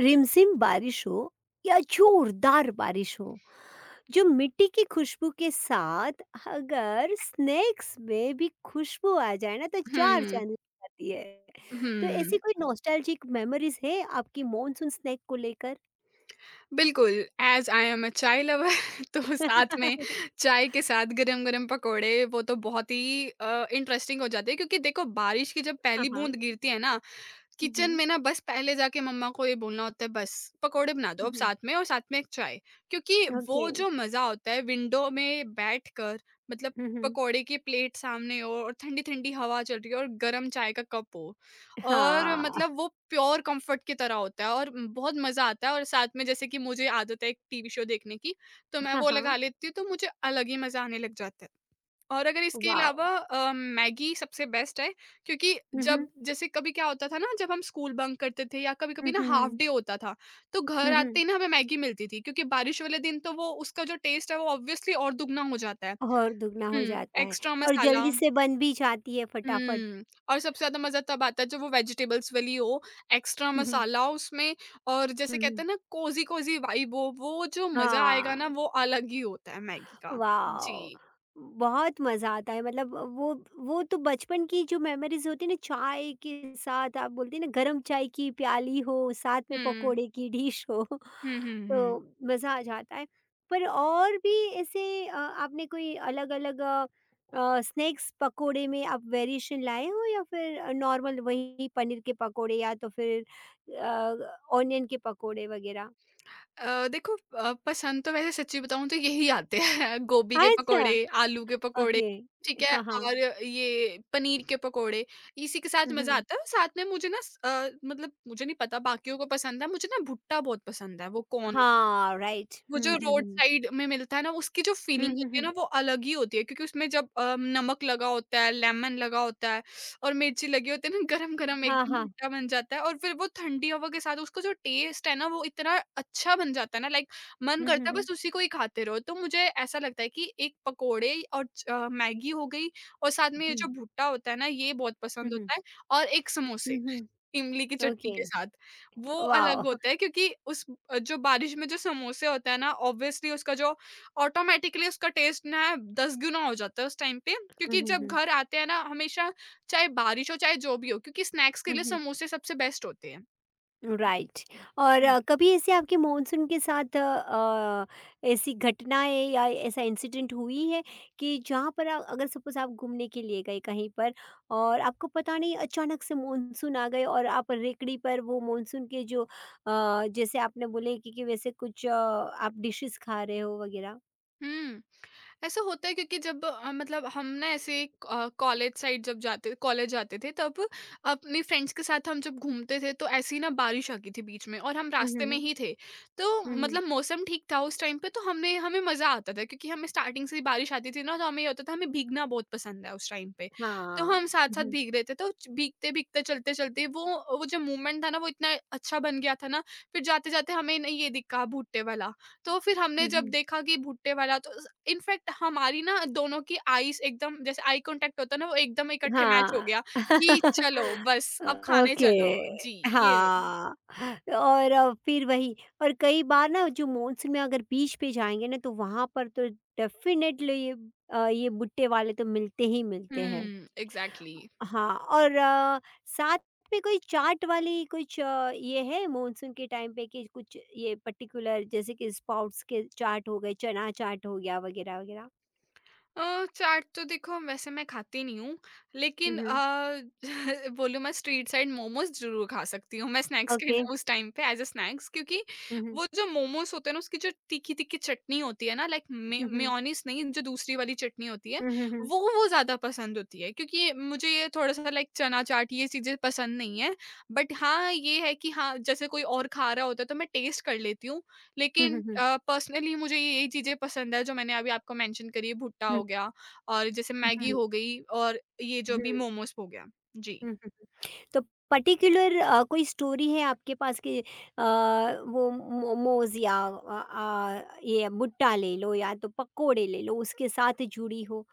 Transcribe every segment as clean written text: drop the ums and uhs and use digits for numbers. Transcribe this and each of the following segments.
रिमझिम बारिश हो या जोरदार बारिश हो, जो मिट्टी की खुशबू के साथ अगर स्नैक्स में भी खुशबू आ जाए ना तो चार हुँ, चांद लग जाती है। तो हुँ, ऐसी कोई नॉस्टैल्जिक मेमोरीज है आपकी मॉनसून स्नैक को लेकर? बिल्कुल। एज़ आई एम अ चाय लवर तो साथ में चाय के साथ गरम-गरम पकोड़े, वो तो बहुत ही इंटरेस्टिंग हो जाते हैं क्योंकि देखो, बारिश की जब हाँ, पहली बूँद हाँ। गिरती है ना, किचन हम्म। में ना बस पहले जाके मम्मा को ये बोलना होता है, बस पकोड़े बना दो अब, हम्म। साथ में और साथ में एक चाय। क्योंकि ओके। वो जो मजा होता है विंडो में बैठ कर, मतलब हम्म। पकोड़े की प्लेट सामने हो और ठंडी ठंडी हवा चल रही हो और गरम चाय का कप हो, और हाँ, मतलब वो प्योर कंफर्ट की तरह होता है, और बहुत मजा आता है। और साथ में जैसे कि मुझे आदत है एक टीवी शो देखने की, तो मैं हाँ, वो हाँ। लगा लेती हूँ तो मुझे अलग ही मजा आने लग जाता है। और अगर इसके वाओ। अलावा मैगी सबसे बेस्ट है। क्योंकि हम्म। जब, जैसे कभी क्या होता था ना, जब हम स्कूल बंक करते थे या कभी-कभी ना हाफ हम्म। डे होता था, तो घर हम्म। आते ही ना हमें मैगी मिलती थी, क्योंकि बारिश वाले दिन तो वो, उसका जो टेस्ट है वो ऑब्वियसली और दुगना हो जाता है। और दुगना हो हुँ, जाता है। एक्स्ट्रा और मसाला। जल्दी से बन भी जाती है फटाफट। हुँ, और सबसे ज़्यादा मज़ा तब आता है जब वो वेजिटेबल्स वाली हो, एक्स्ट्रा हम्म। मसाला उसमें, और जैसे हम्म। कहते हैं ना कोज़ी-कोज़ी वाइब हो, वो जो मज़ा आएगा हाँ, ना वो अलग ही होता है मैगी का। वाओ! जी। बहुत मज़ा आता है, मतलब वो तो बचपन की जो मेमोरीज़ होती है ना, चाय के साथ आप बोलते हैं ना, गरम चाय की प्याली हो, साथ में हुँ। पकोड़े की डिश हो, हुँ, हुँ, हुँ। तो मज़ा आ जाता है। पर और भी ऐसे आपने कोई अलग-अलग स्नैक्स पकोड़े में आप वेरिएशन लाए हो, या फिर नॉर्मल वही पनीर के पकोड़े या तो फिर अ, ऑनियन के पकोड़े वगैरह? देखो, पसंद तो वैसे सच्ची बताऊँ तो यही आते हैं गोभी के अच्छा, पकोड़े, आलू के पकोड़े, ओके। ठीक है? हाँ, हाँ। और ये पनीर के पकोड़े, इसी के साथ हुँ, मज़ा हुँ। हुँ। आता है। और साथ में मुझे ना मतलब मुझे नहीं पता बाकियों को पसंद है, मुझे ना भुट्टा बहुत पसंद है, वो कॉर्न, हाँ, राइट। वो जो हुँ, हुँ, रोड हुँ। साइड में मिलता है ना, उसकी जो हुँ, फीलिंग हुँ, होती है हुँ। ना वो अलग ही होती है, क्योंकि उसमें जब नमक लगा होता है, लेमन लगा होता है और मिर्ची लगी होती है ना गरम-गरम हाँ, एकदम हाँ। भुट्टा बन जाता है और फिर वो ठंडी हवा के साथ उसका जो टेस्ट है ना वो इतना अच्छा बन जाता है ना, लाइक मन हुँ, हुँ, करता है हुँ। बस उसी को ही खाते रहो। तो मुझे ऐसा लगता है कि एक पकोड़े और मैगी हो गई, और साथ में ये हुँ, जो भुट्टा होता है ना, ये बहुत हुँ, पसंद हुँ। होता है। और एक हुँ, समोसे, हुँ। इमली की चटनी ओके, के साथ, वो वॉव! अलग होता है क्योंकि जो बारिश में जो समोसे होते हैं ना, ऑब्वियसली उसका जो ऑटोमैटिकली उसका टेस्ट ना 10 गुना हो जाता है उस टाइम पे, हुँ, क्योंकि हुँ, जब हुँ। घर आते हैं ना, हमेशा, चाहे बारिश हो चाहे जो भी हो, क्योंकि स्नैक्स के हुँ, लिए हुँ। समोसे सबसे बेस्ट होते हैं। राइट। हुँ, और हुँ। कभी ऐसे आपके मॉनसून के साथ ऐसी घटनाएँ या ऐसा इंसिडेंट हुई है कि जहाँ पर, अगर सपोज़ आप घूमने के लिए गए कहीं पर और आपको पता नहीं अचानक से मॉनसून आ गए और आप रेकड़ी पर वो मॉनसून के जो जैसे आपने बोले कि वैसे कुछ आप डिशेज़ खा रहे हो वगैरह? हुँ। ऐसा होता है, क्योंकि जब मतलब हम ना ऐसे कॉलेज साइड जब जाते, कॉलेज जाते थे तब अपनी फ्रेंड्स के साथ हम जब घूमते थे, तो ऐसी ना बारिश आ गई थी बीच में और हम हुँ, हुँ, रास्ते में हुँ। ही थे। तो हुँ, हुँ। मतलब मौसम ठीक था उस टाइम पे, तो हमने, हमें मजा आता था, क्योंकि हमें स्टार्टिंग से ही बारिश आती थी ना, तो हमें ये होता था, हमें भीगना बहुत पसंद है उस टाइम पे। तो हाँ। हम साथ हुँ, साथ हुँ। भीग रहे थे, तो भीगते भीगते चलते चलते, वो जो मूवमेंट था ना वो इतना अच्छा बन गया था ना। फिर जाते जाते हमें ना ये दिखा भुट्टे वाला, तो फिर हमने हुँ, जब हुँ। देखा कि भुट्टे वाला, तो इनफैक्ट हमारी ना दोनों की आईज़ एकदम, जैसे आई कॉन्टैक्ट होता है ना, वो एकदम इकट्ठे मैच हो हाँ। गया, कि चलो बस अब खाने ओके, चलो। जी, ये। हाँ। और फिर वही, और कई बार ना जो मानसून में अगर बीच पे जाएँगे ना, तो वहाँ पर तो डेफ़िनेटली ये ये भुट्टे वाले तो मिलते ही मिलते हैं। हुँ, एग्ज़ैक्टली। हाँ, और साथ में कोई चाट वाली कुछ, ये है मानसून के टाइम पे कि कुछ ये पर्टिकुलर, जैसे कि स्पाउट्स के चाट हो गए, चना चाट हो गया वग़ैरह-वग़ैरह? चाट तो देखो वैसे मैं खाती नहीं हूँ, हुँ, लेकिन हुँ। बोलूँ मैं स्ट्रीट साइड मोमोज़ ज़रूर खा सकती हूँ, मैं स्नैक्स के ओके। न उस टाइम पे एज़ अ स्नैक्स, क्योंकि हुँ, हुँ। वो जो मोमोज़ होते हैं ना, उसकी जो तीखी-तीखी चटनी होती है ना, लाइक मे हुँ, हुँ। मेयोनीज़ नहीं, जो दूसरी वाली चटनी होती है, हुँ, हुँ, हुँ। वो ज़्यादा पसंद होती है, क्योंकि मुझे ये थोड़ा-सा, लाइक चना चाट, ये चीज़ें पसंद नहीं है। बट हाँ, ये है कि हाँ, जैसे कोई और खा रहा होता है तो मैं टेस्ट कर लेती हूँ, हुँ, हुँ, लेकिन हुँ। पर्सनली मुझे ये, यही चीज़ें पसंद है जो मैंने अभी आपको मेंशन करी है, भुट्टा हुँ, हो गया, और जैसे मैगी हुँ, हो गई, और ये जो अभी हुँ, मोमोस हो गया। जी। हुँ, हुँ। तो पर्टिक्युलर कोई स्टोरी है आपके पास कि वो मोमोज़ या ये भुट्टा ले लो या तो पकोड़े ले लो, उसके साथ जुड़ी हो?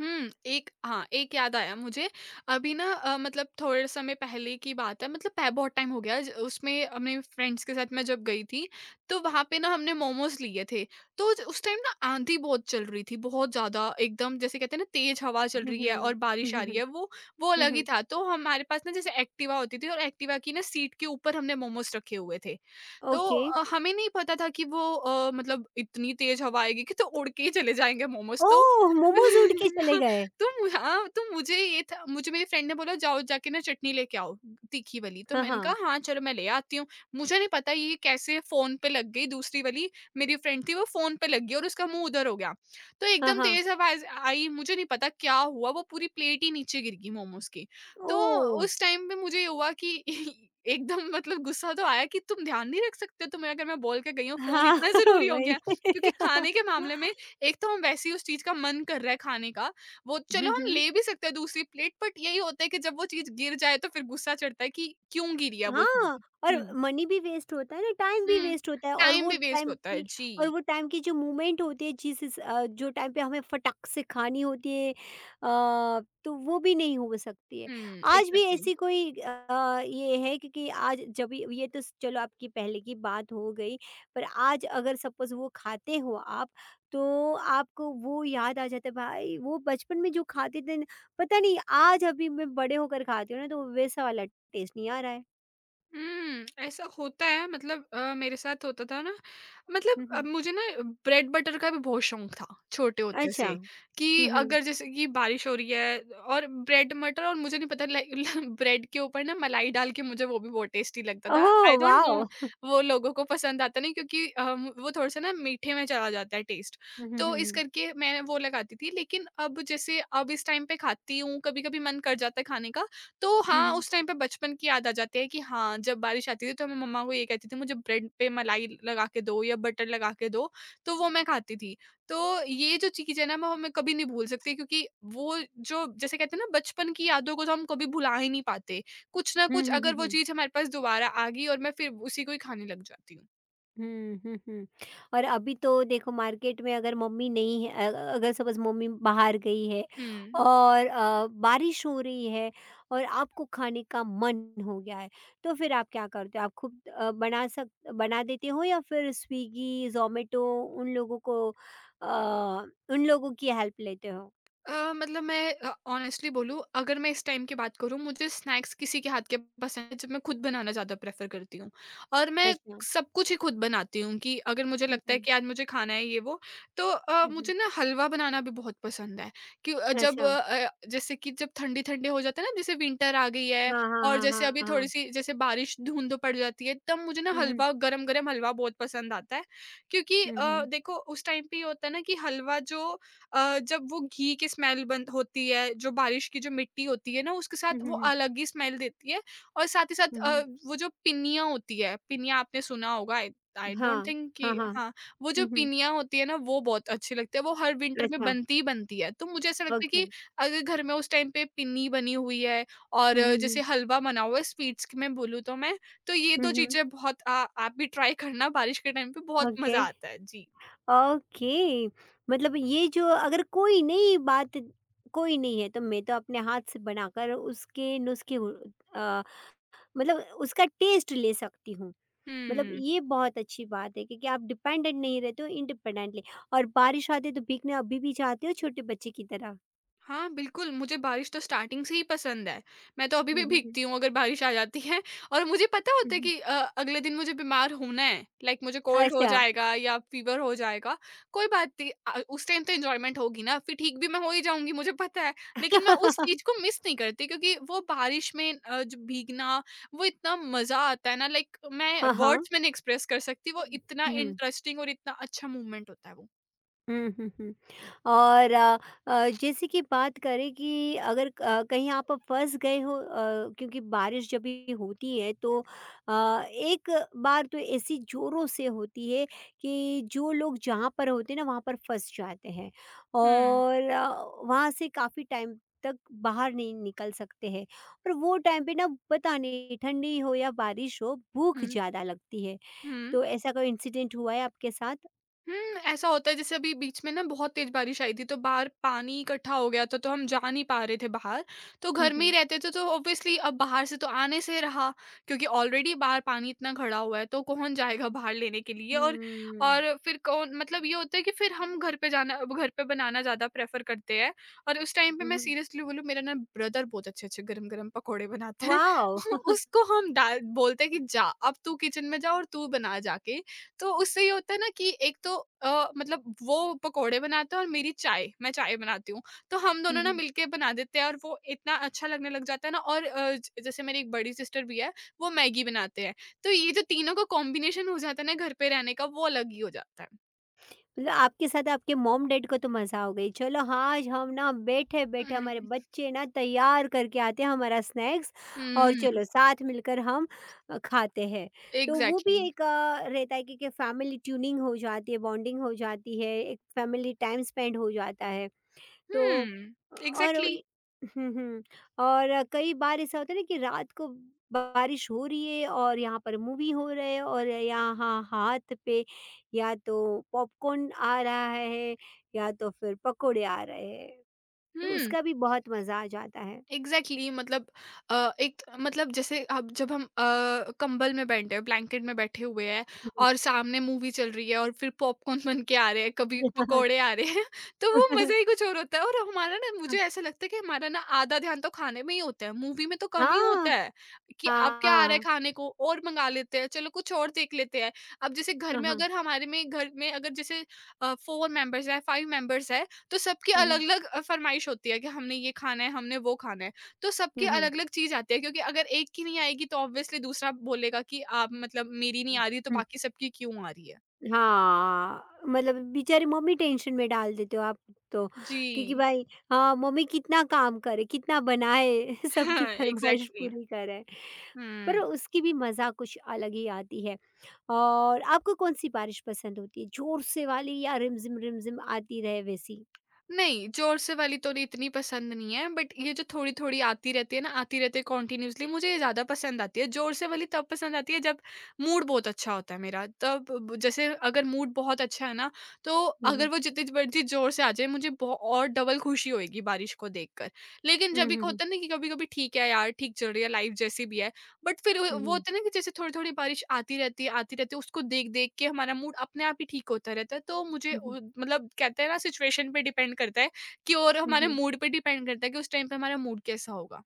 हुँ, एक, हाँ, एक याद आया मुझे। अभी ना मतलब थोड़े समय पहले की बात है, मतलब पह बहुत टाइम हो गया, ज उसमें अपने फ्रेंड्स के साथ मैं जब गई थी, तो वहाँ पे ना हमने मोमोज़ लिए थे। तो ज उस टाइम ना आँधी बहुत चल रही थी, बहुत ज़्यादा, एकदम जैसे कहते हैं ना तेज़ हवा चल हुँ, रही है हुँ। और हुँ, बारिश आ हुँ, रही हुँ। है, वो हुँ, अलग ही हुँ। था। तो हमारे पास ना जैसे एक्टिवा होती थी, और एक्टिवा की ना सीट के ऊपर हमने मोमोज़ रखे हुए थे। तो ओके। हमें नहीं पता था कि मतलब इतनी तेज़ हवा आएगी कि तो उड़ के ही चले जाएँगे मोमोज़। तो ओह! मोमोज़ उड़ के चले गए। तो मु हाँ, तो मुझे ये था, मुझे मेरी फ्रेंड ने बोला जाओ जाके ना चटनी लेके आओ, तीखी वाली। तो हाँ, मैंने कहा हाँ। हाँ, चलो मैं ले आती हूँ। मुझे नहीं पता ये कैसे फ़ोन पे लग गई दूसरी वाली, मेरी फ्रेंड थी वो, फ़ोन पे लग गई और उसका मुँह उधर हो गया। तो हाँ, एकदम हाँ। तेज़ आवाज़ आई, मुझे नहीं पता क्या हुआ, वो पूरी प्लेट ही नीचे गिर गई मोमोज़ की। तो ओह! उस टाइम पे मुझे ये हुआ कि एकदम मतलब गुस्सा तो आया, कि तुम ध्यान नहीं रख सकते हो? तुम्हें, अगर मैं बोल के गई हूँ, फ़ोन हाँ, इतना ज़रूरी हो गया वही। है? क्योंकि खाने के मामले में, एक तो हम वैसे ही, उस चीज़ का मन कर रहा है खाने का, वो चलो हुँ, हम हुँ। ले भी सकते हैं दूसरी प्लेट, बट यही होता है कि जब वो चीज़ गिर जाए तो फिर गुस्सा चढ़ता है कि क्यों गिरी है वो चीज़? हाँ, और हुँ, मनी भी वेस्ट होता है ना, टाइम भी हुँ, वेस्ट होता है, टाइम भी वेस्ट होता है। और जी, वो टाइम की जो मूवमेंट होती है, जिस इस जो टाइम पे हमें फटाक से खानी होती है, तो वो भी नहीं हो सकती है। हुँ, आज भी एक्ज़ैक्टली। ऐसी कोई ये है, क्योंकि आज जब ये तो चलो आपकी पहले की बात हो गई, पर आज अगर सपोज़ वो खाते हो आप, तो आपको वो याद आ जाता है भाई, वो बचपन में जो खाते थे ना, पता नहीं आज अभी मैं बड़े होकर खाती हूँ ना तो वैसा वाला टेस्ट नहीं आ रहा है। हुँ, ऐसा होता है, मतलब मेरे साथ होता था ना, मतलब हुँ, हुँ। मुझे ना ब्रेड बटर का भी बहुत शौक था, छोटे होते अच्छा। से, कि हुँ, हुँ। अगर जैसे कि बारिश हो रही है और ब्रेड बटर, और मुझे नहीं पता, लाइक ब्रेड के ऊपर ना मलाई डाल के, मुझे वो भी बहुत टेस्टी लगता था। Oh I don't wow! No, वो लोगों को पसंद आता नहीं, क्योंकि वो थोड़ा-सा ना मीठे में चला जाता है टेस्ट। हुँ, हुँ, हुँ, तो इस हुँ। करके मैं वो लगाती थी, लेकिन अब जैसे अब इस टाइम पे खाती हूँ, कभी-कभी मन कर जाता है खाने का, तो हुँ, हाँ, हुँ। उस टाइम पे बचपन की याद आ जाती है कि हाँ, जब बारिश आती थी तो मैं मम्मा को ये कहती थी, मुझे ब्रेड पे मलाई लगा के दो या बटर लगा के दो, तो वो मैं खाती थी। तो ये जो चीज़ है ना, वो मैं कभी नहीं भूल सकती, क्योंकि वो जो, जैसे कहते हैं ना, बचपन की यादों को तो हम कभी भुला ही नहीं पाते। कुछ ना हुँ, कुछ हुँ, हुँ, अगर वो हुँ। चीज़ हमारे पास दोबारा आ गई, और मैं फिर उसी को ही खाने लग जाती हूँ। हुँ, हुँ, हुँ। और अभी तो देखो, मार्केट में अगर मम्मी नहीं है, अगर सपोज़ मम्मी बाहर गई है हुँ। और बारिश हो रही है और आपको खाने का मन हो गया है, तो फिर आप क्या करते हो? आप खुद बना देते हो या फिर स्विगी, ज़ोमैटो उन लोगों को, अ, उन लोगों की हेल्प लेते हो? मतलब मैं ऑनेस्टली बोलूँ, अगर मैं इस टाइम की बात करूँ, मुझे स्नैक्स किसी के हाथ के, पसंद है जब मैं खुद बनाना ज़्यादा प्रेफर करती हूँ, और मैं अच्छा। सब कुछ ही खुद बनाती हूँ, कि अगर मुझे हुँ, लगता है हुँ। कि आज मुझे खाना है ये वो, तो हुँ, हुँ। मुझे ना हलवा बनाना भी बहुत पसंद है। कि अच्छा। जैसे कि जब ठंडी ठंडी हो जाता है ना, जैसे विंटर आ गई है हाँ, हाँ, और हाँ, जैसे हाँ, अभी थोड़ी हाँ। सी जैसे बारिश, धुंध पड़ जाती है, तब मुझे ना हुँ, हुँ। हलवा, गरम गरम हलवा बहुत पसंद आता है, क्योंकि हुँ, हुँ। देखो उस टाइम पे ये होता है ना कि हलवा जो, जब वो घी की स्मेल बंद होती है, जो बारिश की जो मिट्टी होती है ना, उसके साथ हुँ, हुँ, वो हुँ। अलग ही स्मेल देती है, और साथ ही साथ हुँ, हुँ। वो जो पिनिया होती है, पिनिया आपने सुना होगा, आई आई डोंट हाँ। थिंक कि, हाँ, हाँ। हाँ, वो जो हुँ, हुँ। पिनिया होती है ना, वो बहुत अच्छी लगती है, वो हर विंटर में अच्छा, बनती ही बनती है। तो मुझे ऐसा लगता है ओके। कि अगर घर में उस टाइम पे पिन्नी बनी हुई है, और हुँ, हुँ, हुँ। जैसे हलवा बना हुआ है, स्वीट्स की मैं बोलूँ तो मैं, तो ये हुँ, 2 हुँ। चीज़ें बहुत, आप भी ट्राई करना बारिश के टाइम पे, बहुत ओके। मज़ा आता है। जी। ओके, मतलब ये जो, अगर कोई नहीं है तो मैं तो अपने हाथ से बनाकर उसके अ, मतलब उसका टेस्ट ले सकती हूँ। मतलब हुँ। ये बहुत अच्छी बात है, क्योंकि आप डिपेंडेंट नहीं रहते हो, इंडिपेंडेंटली, और बारिश आती है तो भीगने अभी भी जाते हो छोटे बच्चे की तरह। हाँ, बिल्कुल, मुझे बारिश तो स्टार्टिंग से ही पसंद है। मैं तो अभी हुँ, भी हुँ, हुँ। भीगती हूँ अगर बारिश आ जाती है और मुझे पता हुँ, होता है हुँ। कि अगले दिन मुझे बीमार होना है, लाइक मुझे कोल्ड हो अच्छा। जाएगा या फ़ीवर हो जाएगा, कोई बात नहीं, उस टाइम तो एन्जॉयमेंट होगी ना, फिर ठीक भी मैं हो ही जाऊँगी, मुझे पता है। लेकिन मैं उस चीज़ को मिस नहीं करती क्योंकि वो बारिश में जो भीगना, वो इतना मज़ा आता है ना, लाइक मैं हाँ, हाँ। वर्ड्स में नहीं एक्सप्रेस कर सकती, वो इतना हुँ, इंटरेस्टिंग और इतना अच्छा मूवमेंट होता है वो। हुँ, हुँ, हुँ। और जैसे कि बात करें कि अगर कहीं आप फँस गए हो, क्योंकि बारिश जब भी होती है तो, अ, एक बार तो ऐसी ज़ोरों से होती है कि जो लोग जहाँ पर होते हैं ना वहाँ पर फँस जाते हैं हुँ, और वहाँ से काफ़ी टाइम तक बाहर नहीं निकल सकते हैं, और वो टाइम पे ना पता नहीं ठंडी हो या बारिश हो, भूख हुँ, ज़्यादा लगती है। हुँ। तो ऐसा कोई इंसिडेंट हुआ है आपके साथ? हुँ, ऐसा होता है जैसे अभी बीच में ना बहुत तेज़ बारिश आई थी, तो बाहर पानी इकट्ठा हो गया था, तो हम जा नहीं पा रहे थे बाहर। तो हुँ, घर में ही हुँ। रहते थे, तो ऑब्वियसली अब बाहर से तो आने से रहा, क्योंकि ऑलरेडी बाहर पानी इतना खड़ा हुआ है, तो कौन जाएगा बाहर लेने के लिए। और हुँ, और फिर कौन, मतलब ये होता है कि फिर हम घर पे जाना, अब घर पे बनाना ज़्यादा प्रेफ़र करते हैं। और उस टाइम पे हुँ, मैं हुँ। सीरियसली बोलूँ, मेरा ना ब्रदर बहुत अच्छे-अच्छे गरम-गरम पकौड़े बनाते हैं। वॉव! उसको हम डाल बोलते हैं कि जा अब तू किचन में जा और तू बना जाके। तो उससे ये होता है ना कि एक तो मतलब वो पकोड़े बनाता है, और मेरी चाय मैं चाय बनाती हूँ। तो हम हुँ, दोनों ना हुँ। मिलके बना देते हैं, और वो इतना अच्छा लगने लग जाता है ना। और ज जैसे मेरी एक बड़ी सिस्टर भी है, वो मैगी बनाते हैं। तो ये जो तीनों का कॉम्बिनेशन हो जाता है ना घर पे रहने का, वो अलग ही हो जाता है। मतलब आपके साथ आपके मॉम-डैड को तो मज़ा आ गई, चलो हाँ, आज हम ना हुँ, बैठे-बैठे, हुँ, हमारे हुँ। बच्चे ना तैयार करके आते हैं हमारा स्नैक्स हुँ, और हुँ, हुँ। चलो साथ मिलकर हम खाते हैं। तो वो भी एग्ज़ैक्टली। एक रहता है कि फैमिली ट्यूनिंग हो जाती है, बॉन्डिंग हो जाती है, एक फैमिली टाइम स्पेंड हो जाता है। तो हुँ, और एग्ज़ैक्टली। वही हुँ, हुँ। और कई बार ऐसा होता है ना कि रात को बारिश हो रही है और यहाँ पर मूवी हो रहे है और यहाँ हाथ पे या तो पॉपकॉर्न आ रहा है, या तो फिर पकोड़े आ रहे हैं, तो हुँ। उसका भी बहुत मज़ा आ जाता है। एग्जैक्टली exactly, मतलब एक, मतलब जैसे अब जब हम कंबल में बैठे हैं, ब्लैंकेट में बैठे हुए हैं, हुँ, और सामने मूवी चल रही है, और फिर पॉपकॉर्न बन के आ रहे हैं, कभी हुँ। पकोड़े आ रहे हैं। तो वो मज़ा ही कुछ और होता है। और हमारा ना, मुझे ऐसा लगता है कि हमारा ना आधा ध्यान तो खाने में ही होता है, मूवी में तो कम ही हाँ, होता है, कि अब क्या आ रहा है हाँ। खाने को, और मंगा लेते हैं, चलो कुछ और देख लेते हैं। अब जैसे हाँ, हाँ। घर में अगर जैसे फोर मेंबर्स है, फाइव मेंबर्स है, तो सबकी हुँ, हुँ। अलग-अलग फ़रमाइश होती है कि हमने ये खाना है, हमने वो खाना है। तो सबकी हुँ, हुँ। अलग-अलग चीज़ आती है, क्योंकि अगर एक की नहीं आएगी, तो ऑब्वियसली दूसरा बोलेगा कि आप, मतलब मेरी नहीं आ रही, तो हुँ। बाकी सबकी क्यों आ रही है? हाँ, मतलब बेचारी मम्मी टेंशन में डाल देते हो आप तो, क्योंकि जी। भाई हाँ, मम्मी कितना काम करे, कितना बनाए, सबकी हाँ, फरमाइश एग्ज़ैक्टली। पूरी करे। पर हुँ। उसकी भी मज़ा कुछ अलग ही आती है। और आपको कौन-सी बारिश पसंद होती है? ज़ोर से वाली या रिमझिम, रिमझिम आती रहे वैसी? नहीं, ज़ोर से वाली तो इतनी पसंद नहीं है, बट ये जो थोड़ी-थोड़ी आती रहती है ना, आती रहती है कॉन्टिन्यूअसली, मुझे ये ज़्यादा पसंद आती है। ज़ोर से वाली तब पसंद आती है जब मूड बहुत अच्छा होता है मेरा, तब ब जैसे अगर मूड बहुत अच्छा है ना, तो हुँ, हुँ। अगर वो जितनी मर्ज़ी ज़ोर से आ जाए, मुझे बो और डबल खुशी होएगी बारिश को देखकर। लेकिन हुँ, जब हुँ, एक हुँ। होता है ना कि कभी-कभी, ठीक है यार, ठीक चल रही है लाइफ़ जैसी भी है, बट फिर हुँ, वो हुँ। होता है ना कि जैसे थोड़ी थोड़ी बारिश आती रहती है, आती रहती है, उसको देख देख के हमारा मूड अपने आप ही ठीक होता रहता है। तो मुझे हुँ, हुँ। मतलब, कहते हैं ना, सिचुएशन पे डिपेंड करता है, कि और हुँ, हमारे हुँ। मूड पे डिपेंड करता है कि उस टाइम पे हमारा मूड कैसा होगा।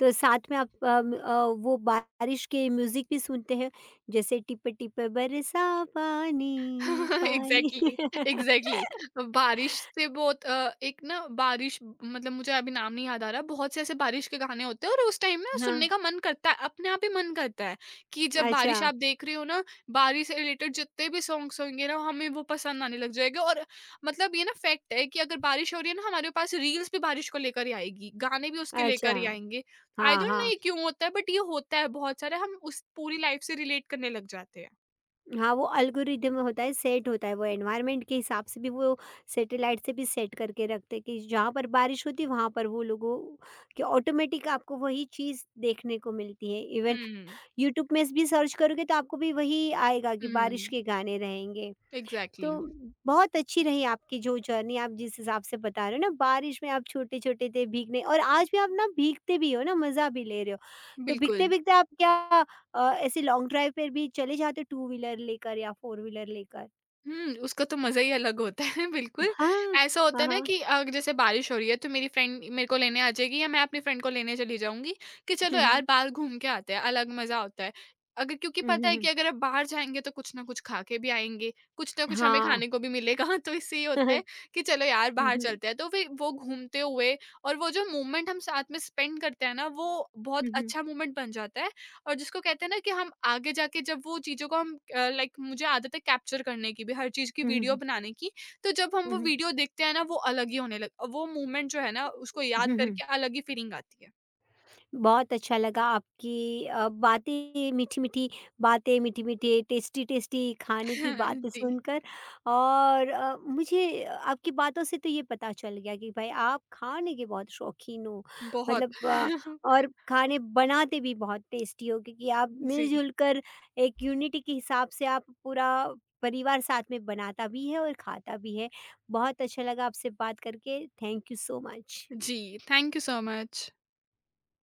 तो साथ में आप वो बारिश के म्यूजिक भी सुनते हैं, जैसे टिप टिप बरसा पानी पानी। Exactly, exactly. बारिश से बहुत एक ना, बारिश मतलब, मुझे अभी नाम नहीं याद आ रहा, बहुत से ऐसे बारिश के गाने होते हैं, और उस टाइम ना हाँ। सुनने का मन करता है, अपने आप ही मन करता है कि जब अच्छा। बारिश आप देख रहे हो ना, बारिश से रिलेटेड जितने भी सॉन्ग्स होंगे ना, हमें वो पसंद आने लग जाएंगे। और मतलब, ये ना फैक्ट है कि अगर बारिश हो रही है ना, हमारे पास रील्स भी बारिश को लेकर ही आएगी, गाने भी उसके अच्छा। लेकर ही आएंगे। आई हाँ, डोंट नो हाँ, ये क्यों होता है, बट ये होता है। बहुत सारे हम उस पूरी लाइफ से रिलेट करने लग जाते हैं। हाँ। वो अल्गोरिदम होता है, सेट होता है, वो एनवायरनमेंट के हिसाब से भी वो सैटेलाइट से भी सेट करके रखते हैं कि जहाँ पर बारिश होती है वहाँ पर वो लोगों, कि ऑटोमेटिक आपको वही चीज़ देखने को मिलती है, इवन हम्म, यूट्यूब में भी सर्च करोगे तो आपको भी वही आएगा कि बारिश हम्म। के गाने रहेंगे। एग्जैक्टली तो exactly। बहुत अच्छी रही आपकी जो जर्नी, आप जिस हिसाब से बता रहे हो ना, बारिश में आप छोटे छोटे थे भीगने, और आज भी आप ना भीगते भी हो ना, मजा भी ले रहे हो। तो भीगते बिल्कुल। भीगते आप ऐसे लॉन्ग ड्राइव पर भी चले जाते हो, टू व्हीलर लेकर या फोर व्हीलर लेकर? हम्म, उसका तो मजा ही अलग होता है। बिल्कुल। हाँ, ऐसा होता हाँ, है ना हाँ। कि अगर जैसे बारिश हो रही है, तो मेरी फ्रेंड मेरे को लेने आ जाएगी, या मैं अपनी फ्रेंड को लेने चली जाऊंगी कि चलो हम्म, हम्म, यार बाहर घूम के आते हैं, अलग मजा होता है। अगर, क्योंकि पता है हम्म। कि अगर आप बाहर जाएंगे, तो कुछ ना कुछ खा के भी आएंगे, कुछ ना कुछ हमें हाँ। खाने को भी मिलेगा। तो इससे ये होता हम्म, है कि चलो यार बाहर हम्म, चलते हैं, तो फिर वो घूमते हुए, और वो जो मोमेंट हम साथ में स्पेंड करते हैं ना, वो बहुत हम्म, अच्छा मोमेंट बन जाता है। और जिसको कहते हैं ना कि हम आगे जाके जब वो चीज़ों को, हम लाइक मुझे आदत है कैप्चर करने की भी, हर चीज़ की हम्म, हम्म, वीडियो हम्म, बनाने की, तो जब हम वो वीडियो देखते हैं ना, वो अलग ही होने लग, वो मोमेंट जो है ना, उसको याद हम्म। करके अलग ही फीलिंग आती है। बहुत अच्छा लगा आपकी बातें, मीठी-मीठी टेस्टी-टेस्टी खाने की बातें जी, सुनकर। और मुझे आपकी बातों से तो ये पता चल गया कि भाई, आप खाने के बहुत शौकीन हो। बहुत। मतलब अ, और खाने बनाते भी बहुत टेस्टी हो, क्योंकि आप जी, मिल-जुल कर एक यूनिटी के हिसाब से आप पूरा परिवार साथ में बनाता भी है और खाता भी है। बहुत अच्छा लगा आपसे बात करके। Thank you so much. जी, थैंक यू सो मच।